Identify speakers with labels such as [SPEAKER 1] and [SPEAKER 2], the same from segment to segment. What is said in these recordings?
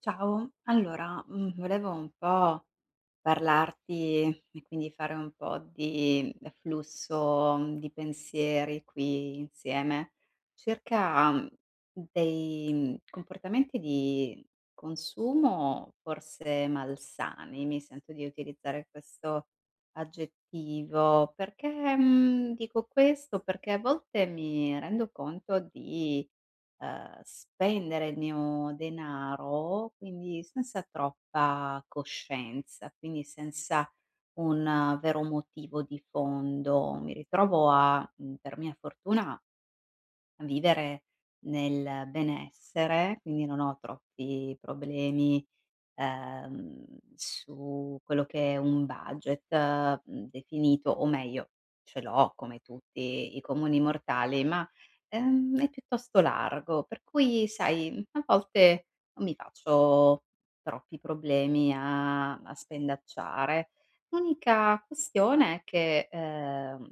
[SPEAKER 1] Ciao, allora, volevo un po' parlarti e quindi fare un po' di flusso di pensieri qui insieme, circa, dei comportamenti di consumo forse malsani, mi sento di utilizzare questo aggettivo. Perché, dico questo? Perché a volte mi rendo conto di spendere il mio denaro, quindi senza troppa coscienza, quindi senza un vero motivo di fondo. Mi ritrovo a per mia fortuna, a vivere nel benessere, quindi non ho troppi problemi ehm, su quello che è un budget, definito, o meglio ce l'ho come tutti i comuni mortali, ma, è piuttosto largo, per cui sai, a volte non mi faccio troppi problemi a spendacciare. L'unica questione è che,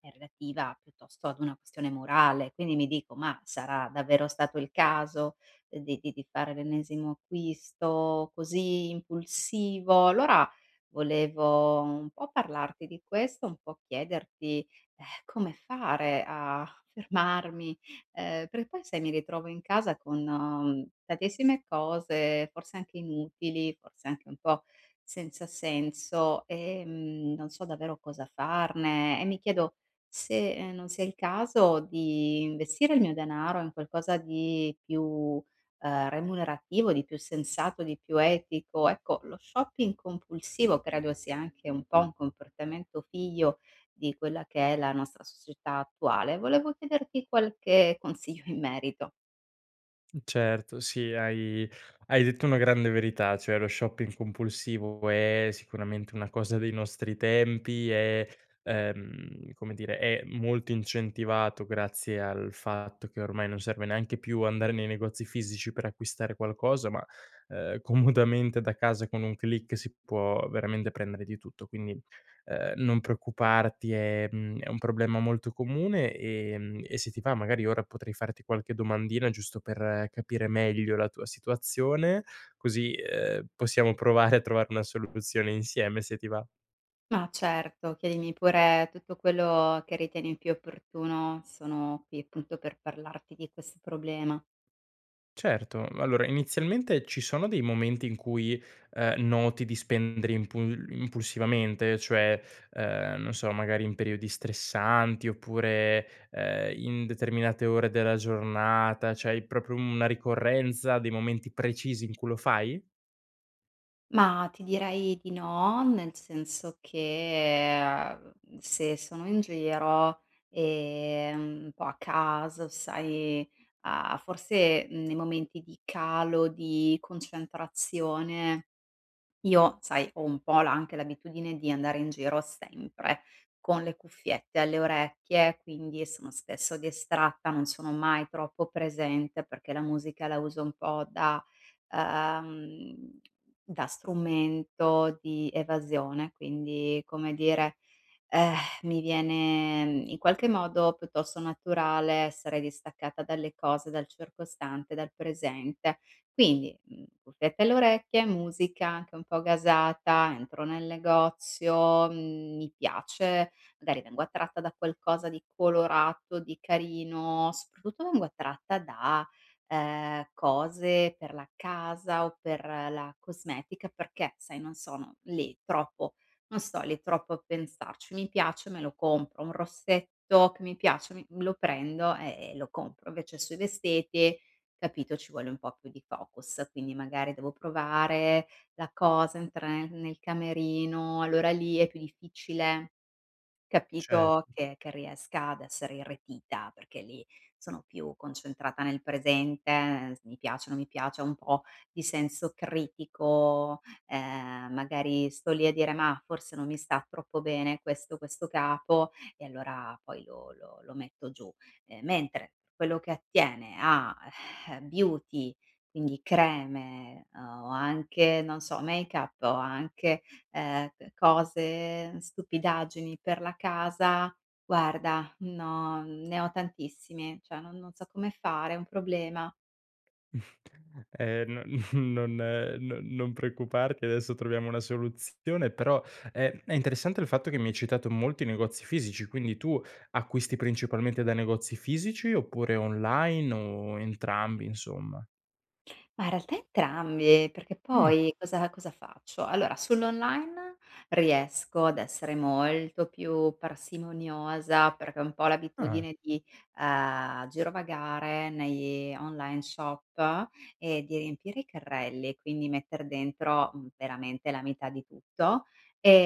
[SPEAKER 1] è relativa piuttosto ad una questione morale, quindi mi dico: "Ma sarà davvero stato il caso?" Di fare l'ennesimo acquisto così impulsivo. Allora volevo un po' parlarti di questo, un po' chiederti, come fare a fermarmi, perché poi sai mi ritrovo in casa con, tantissime cose, forse anche inutili, forse anche un po' senza senso, non so davvero cosa farne e mi chiedo se, non sia il caso di investire il mio denaro in qualcosa di più remunerativo, di più sensato, di più etico. Ecco, lo shopping compulsivo credo sia anche un po' un comportamento figlio di quella che è la nostra società attuale. Volevo chiederti qualche consiglio in merito.
[SPEAKER 2] Certo, sì, hai detto una grande verità, cioè lo shopping compulsivo è sicuramente una cosa dei nostri tempi, come dire, è molto incentivato grazie al fatto che ormai non serve neanche più andare nei negozi fisici per acquistare qualcosa, comodamente da casa con un click si può veramente prendere di tutto, quindi non preoccuparti, è è un problema molto comune, e se ti va magari ora potrei farti qualche domandina giusto per capire meglio la tua situazione, così, possiamo provare a trovare una soluzione insieme se ti va.
[SPEAKER 1] Ma certo, chiedimi pure tutto quello che ritieni più opportuno, sono qui appunto per parlarti di questo problema.
[SPEAKER 2] Certo, allora inizialmente ci sono dei momenti in cui, noti di spendere impulsivamente, cioè, non so, magari in periodi stressanti oppure, in determinate ore della giornata, c'hai proprio una ricorrenza dei momenti precisi in cui lo fai?
[SPEAKER 1] Ma ti direi di no, nel senso che, se sono in giro, un po' a caso, sai, a forse nei momenti di calo, di concentrazione io, sai, ho un po' la anche l'abitudine di andare in giro sempre con le cuffiette alle orecchie, quindi sono spesso distratta, non sono mai troppo presente perché la musica la uso un po' da, ehm, da strumento di evasione, quindi come dire eh, mi viene, in qualche modo piuttosto naturale essere distaccata dalle cose, dal circostante, dal presente. Quindi, cuffiette alle orecchie, musica anche un po' gasata, entro nel negozio, mi piace, magari vengo attratta da qualcosa di colorato, di carino, soprattutto vengo attratta da, cose per la casa o per la cosmetica perché, sai, non sto lì troppo a pensarci. Mi piace, me lo compro. Un rossetto che mi piace, mi lo prendo e lo compro. Invece sui vestiti, capito, ci vuole un po' più di focus, quindi magari devo provare la cosa, entrare nel camerino, allora lì è più difficile.
[SPEAKER 2] Cioè.
[SPEAKER 1] Capito che riesca ad essere irretita, perché lì sono più concentrata nel presente, s mi piace, o non mi piace, ho un po' di senso critico, magari sto lì a dire: "Mah, forse non mi sta troppo bene questo capo", e allora poi lo metto giù. Mentre quello che attiene a beauty, quindi creme, o anche, non so, make-up o anche c cose, stupidaggini per la casa, guarda, no, ne ho tantissime, cioè non so come fare, è un problema.
[SPEAKER 2] Non non preoccuparti, adesso troviamo una soluzione, però, è interessante il fatto che mi hai citato molti negozi fisici, quindi tu acquisti principalmente da negozi fisici oppure online o entrambi insomma?
[SPEAKER 1] Ma in realtà entrambi, perché
[SPEAKER 2] Mh,
[SPEAKER 1] poi cosa faccio? Allora sull'online riesco ad essere molto più parsimoniosa, perché ho un po'
[SPEAKER 2] ah.
[SPEAKER 1] l'abitudine di, girovagare negli online shop e di riempire i carrelli, quindi metter dentro, veramente la metà di tutto,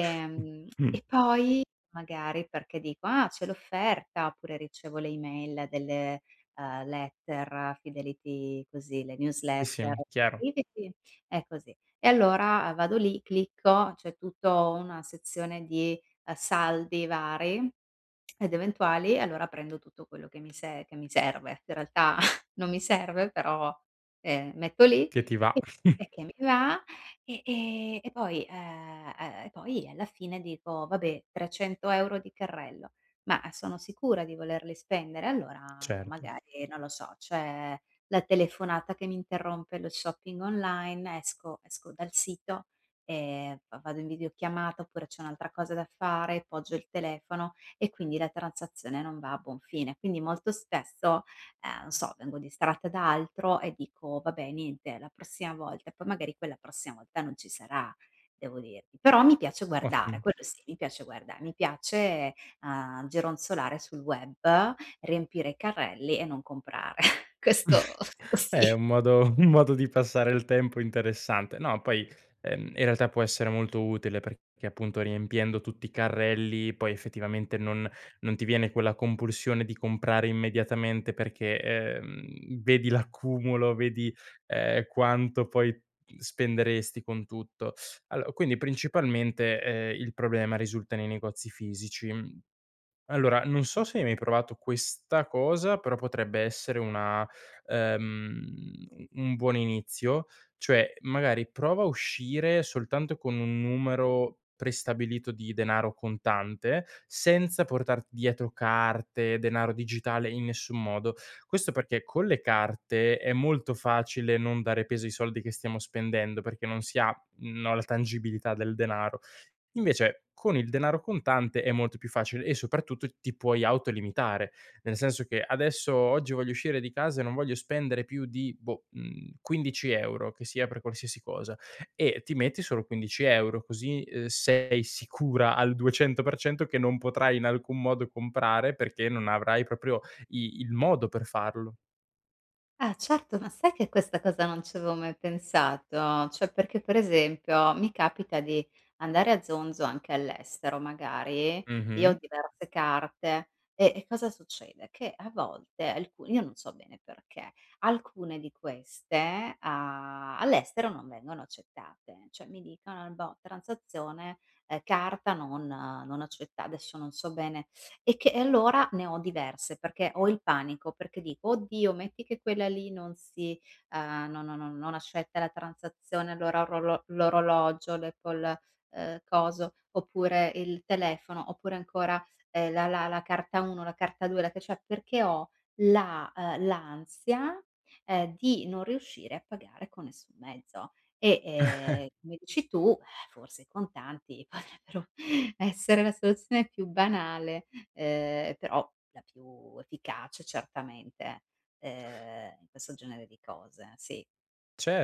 [SPEAKER 2] Mh.
[SPEAKER 1] e poi magari perché dico: "Ah, c'è l'offerta", oppure ricevo le email delle Fidelity così, le
[SPEAKER 2] Sì,
[SPEAKER 1] newsletter
[SPEAKER 2] sì, chiaro,
[SPEAKER 1] Fidelity, è così. E allora vado lì, clicco, c'è tutto una sezione di, saldi vari ed eventuali e allora prendo tutto quello che mi se che mi serve. In realtà non mi serve però, metto lì
[SPEAKER 2] che ti va.
[SPEAKER 1] e e che mi va E poi, e poi alla fine dico: "Vabbè, 300 € di carrello". Ma sono sicura di volerli spendere, allora
[SPEAKER 2] Certo,
[SPEAKER 1] magari, non lo so, c'è la telefonata che mi interrompe lo shopping online, esco dal sito e v vado in videochiamata, oppure c'è un'altra cosa da fare, poggio il telefono e quindi la transazione non va a buon fine. Quindi molto spesso, non so, vengo distratta da altro e dico: "Vabbè niente, la prossima volta", poi magari quella prossima volta non ci sarà, devo dirti. Però mi piace guardare,
[SPEAKER 2] ottimo.
[SPEAKER 1] quello sì, mi piace a gironzolare sul web, riempire i carrelli e non comprare. Questo
[SPEAKER 2] È
[SPEAKER 1] sì.
[SPEAKER 2] un modo un modo di passare il tempo interessante. No, poi, in realtà può essere molto utile perché appunto riempiendo tutti i carrelli poi effettivamente non ti viene quella compulsione di comprare immediatamente perché, vedi l'accumulo, vedi, quanto poi spenderesti con tutto. Allo quindi principalmente, il problema risulta nei negozi fisici. Allora, non so se hai mai provato questa cosa, però potrebbe essere una ehm, u un buon inizio, cioè magari prova a uscire soltanto con un numero prestabilito di denaro contante, senza portarti dietro carte, denaro digitale in nessun modo. Questo perché con le carte è molto facile non dare peso ai soldi che stiamo spendendo, perché non si ha, no, la tangibilità del denaro. Invece con il denaro contante è molto più facile e soprattutto ti puoi autolimitare, nel senso che adesso oggi voglio uscire di casa e non voglio spendere più di, boh, 15 €, che sia per qualsiasi cosa, e ti metti solo 15 €, così, sei sicura al 200% che non potrai in alcun modo comprare perché non avrai proprio i il modo per farlo.
[SPEAKER 1] Ah certo, ma sai che questa cosa non ci avevo mai pensato? Cioè perché per esempio mi capita di andare a zonzo anche all'estero magari, io ho
[SPEAKER 2] Mh-mh.
[SPEAKER 1] diverse carte e cosa succede? Che a volte alcu io non so bene perché, alcune di queste a all'estero non vengono accettate, cioè mi dicono: "Boh, transazione, carta non accetta" adesso non so bene e allora ne ho diverse, perché ho il panico, perché dico: "Oddio, metti che quella lì non si no non accetta la transazione, allora orolo l'orologio, l'Apple, coso, oppure il telefono, oppure ancora, la carta 1, la carta 2, la ca" cioè perché ho la l'ansia, di non riuscire a pagare con nessun mezzo. E, come dici tu, forse i contanti potrebbero essere la soluzione più banale però la più efficace certamente, in questo genere di cose, sì.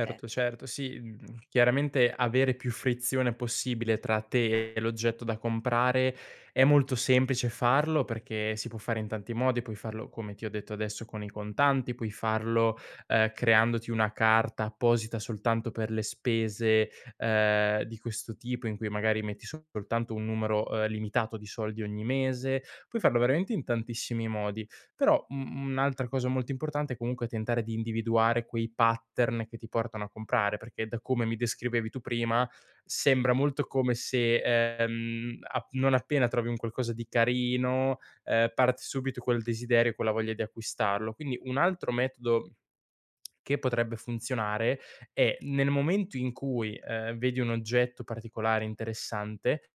[SPEAKER 1] Cer
[SPEAKER 2] certo, sì, chiaramente avere più frizione possibile tra te e l'oggetto da comprare è molto semplice farlo perché si può fare in tanti modi, puoi farlo come ti ho detto adesso con i contanti, puoi farlo, creandoti una carta apposita soltanto per le spese, di questo tipo in cui magari metti soltanto un numero, limitato di soldi ogni mese, puoi farlo veramente in tantissimi modi. Però, un'altra cosa molto importante è comunque tentare di individuare quei pattern che ti portano a comprare, perché da come mi descrivevi tu prima, sembra molto come se, ap non appena trovi un qualcosa di carino, parte subito quel desiderio, quella voglia di acquistarlo. Quindi un altro metodo che potrebbe funzionare è nel momento in cui, vedi un oggetto particolare interessante,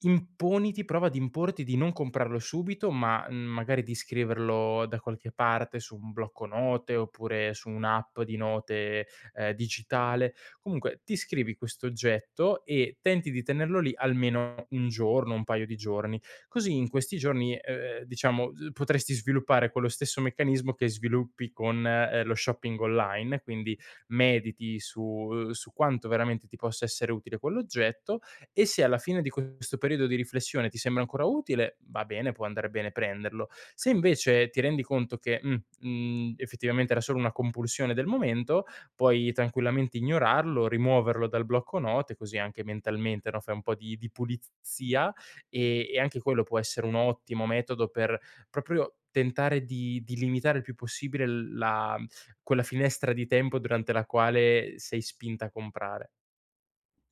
[SPEAKER 2] imponiti prova ad importi di non comprarlo subito, ma, magari di scriverlo da qualche parte su un blocco note, oppure su un'app di note, digitale. Comunque ti scrivi questo oggetto e tenti di tenerlo lì almeno 1 giorno, un paio di giorni. Così in questi giorni, diciamo, potresti sviluppare quello stesso meccanismo che sviluppi con, lo shopping online, quindi mediti su su quanto veramente ti possa essere utile quell'oggetto e se alla fine di questo periodo di riflessione ti sembra ancora utile, va bene, può andare bene prenderlo. Se invece ti rendi conto che: effettivamente era solo una compulsione del momento", puoi tranquillamente ignorarlo, rimuoverlo dal blocco note, così anche mentalmente, no, fai un po' di pulizia e anche quello può essere un ottimo metodo per proprio tentare di limitare il più possibile l la quella finestra di tempo durante la quale sei spinta a comprare.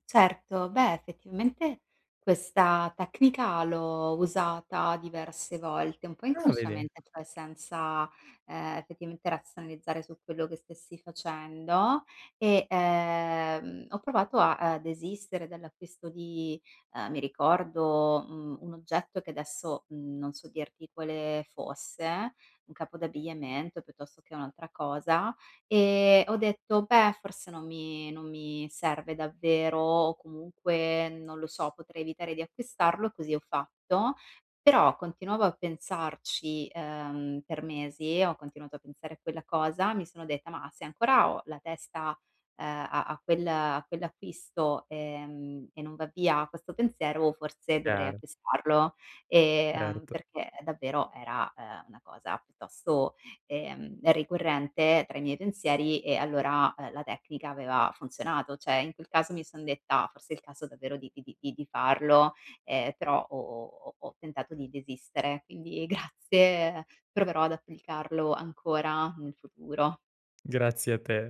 [SPEAKER 1] Certo, beh effettivamente questa tecnica l'ho usata diverse volte, un po'
[SPEAKER 2] Ah vedi?
[SPEAKER 1] inconsciamente, cioè senza, effettivamente razionalizzare su quello che stessi facendo e, ho provato a, desistere dall'acquisto di mi ricordo, un oggetto che adesso, non so dirti quale fosse, un capo d'abbigliamento piuttosto che un'altra cosa. Ho detto: "Beh, forse non mi serve davvero o comunque non lo so, potrei evitare di acquistarlo", così ho fatto. Però continuavo a pensarci, per mesi, ho continuato a pensare a quella cosa, mi sono detta: "Ma se ancora ho la testa, a quel a quell'acquisto, e non va via questo pensiero, forse dovrei
[SPEAKER 2] Chiaro,
[SPEAKER 1] acquistarlo".
[SPEAKER 2] certo.
[SPEAKER 1] Perché davvero era, una cosa piuttosto ricorrente tra i miei pensieri e allora, la tecnica aveva funzionato. Cioè, in quel caso mi son detta: "Ah, forse è il caso davvero di farlo", però ho tentato di desistere. Quindi grazie, proverò ad applicarlo ancora nel futuro.
[SPEAKER 2] Grazie a te.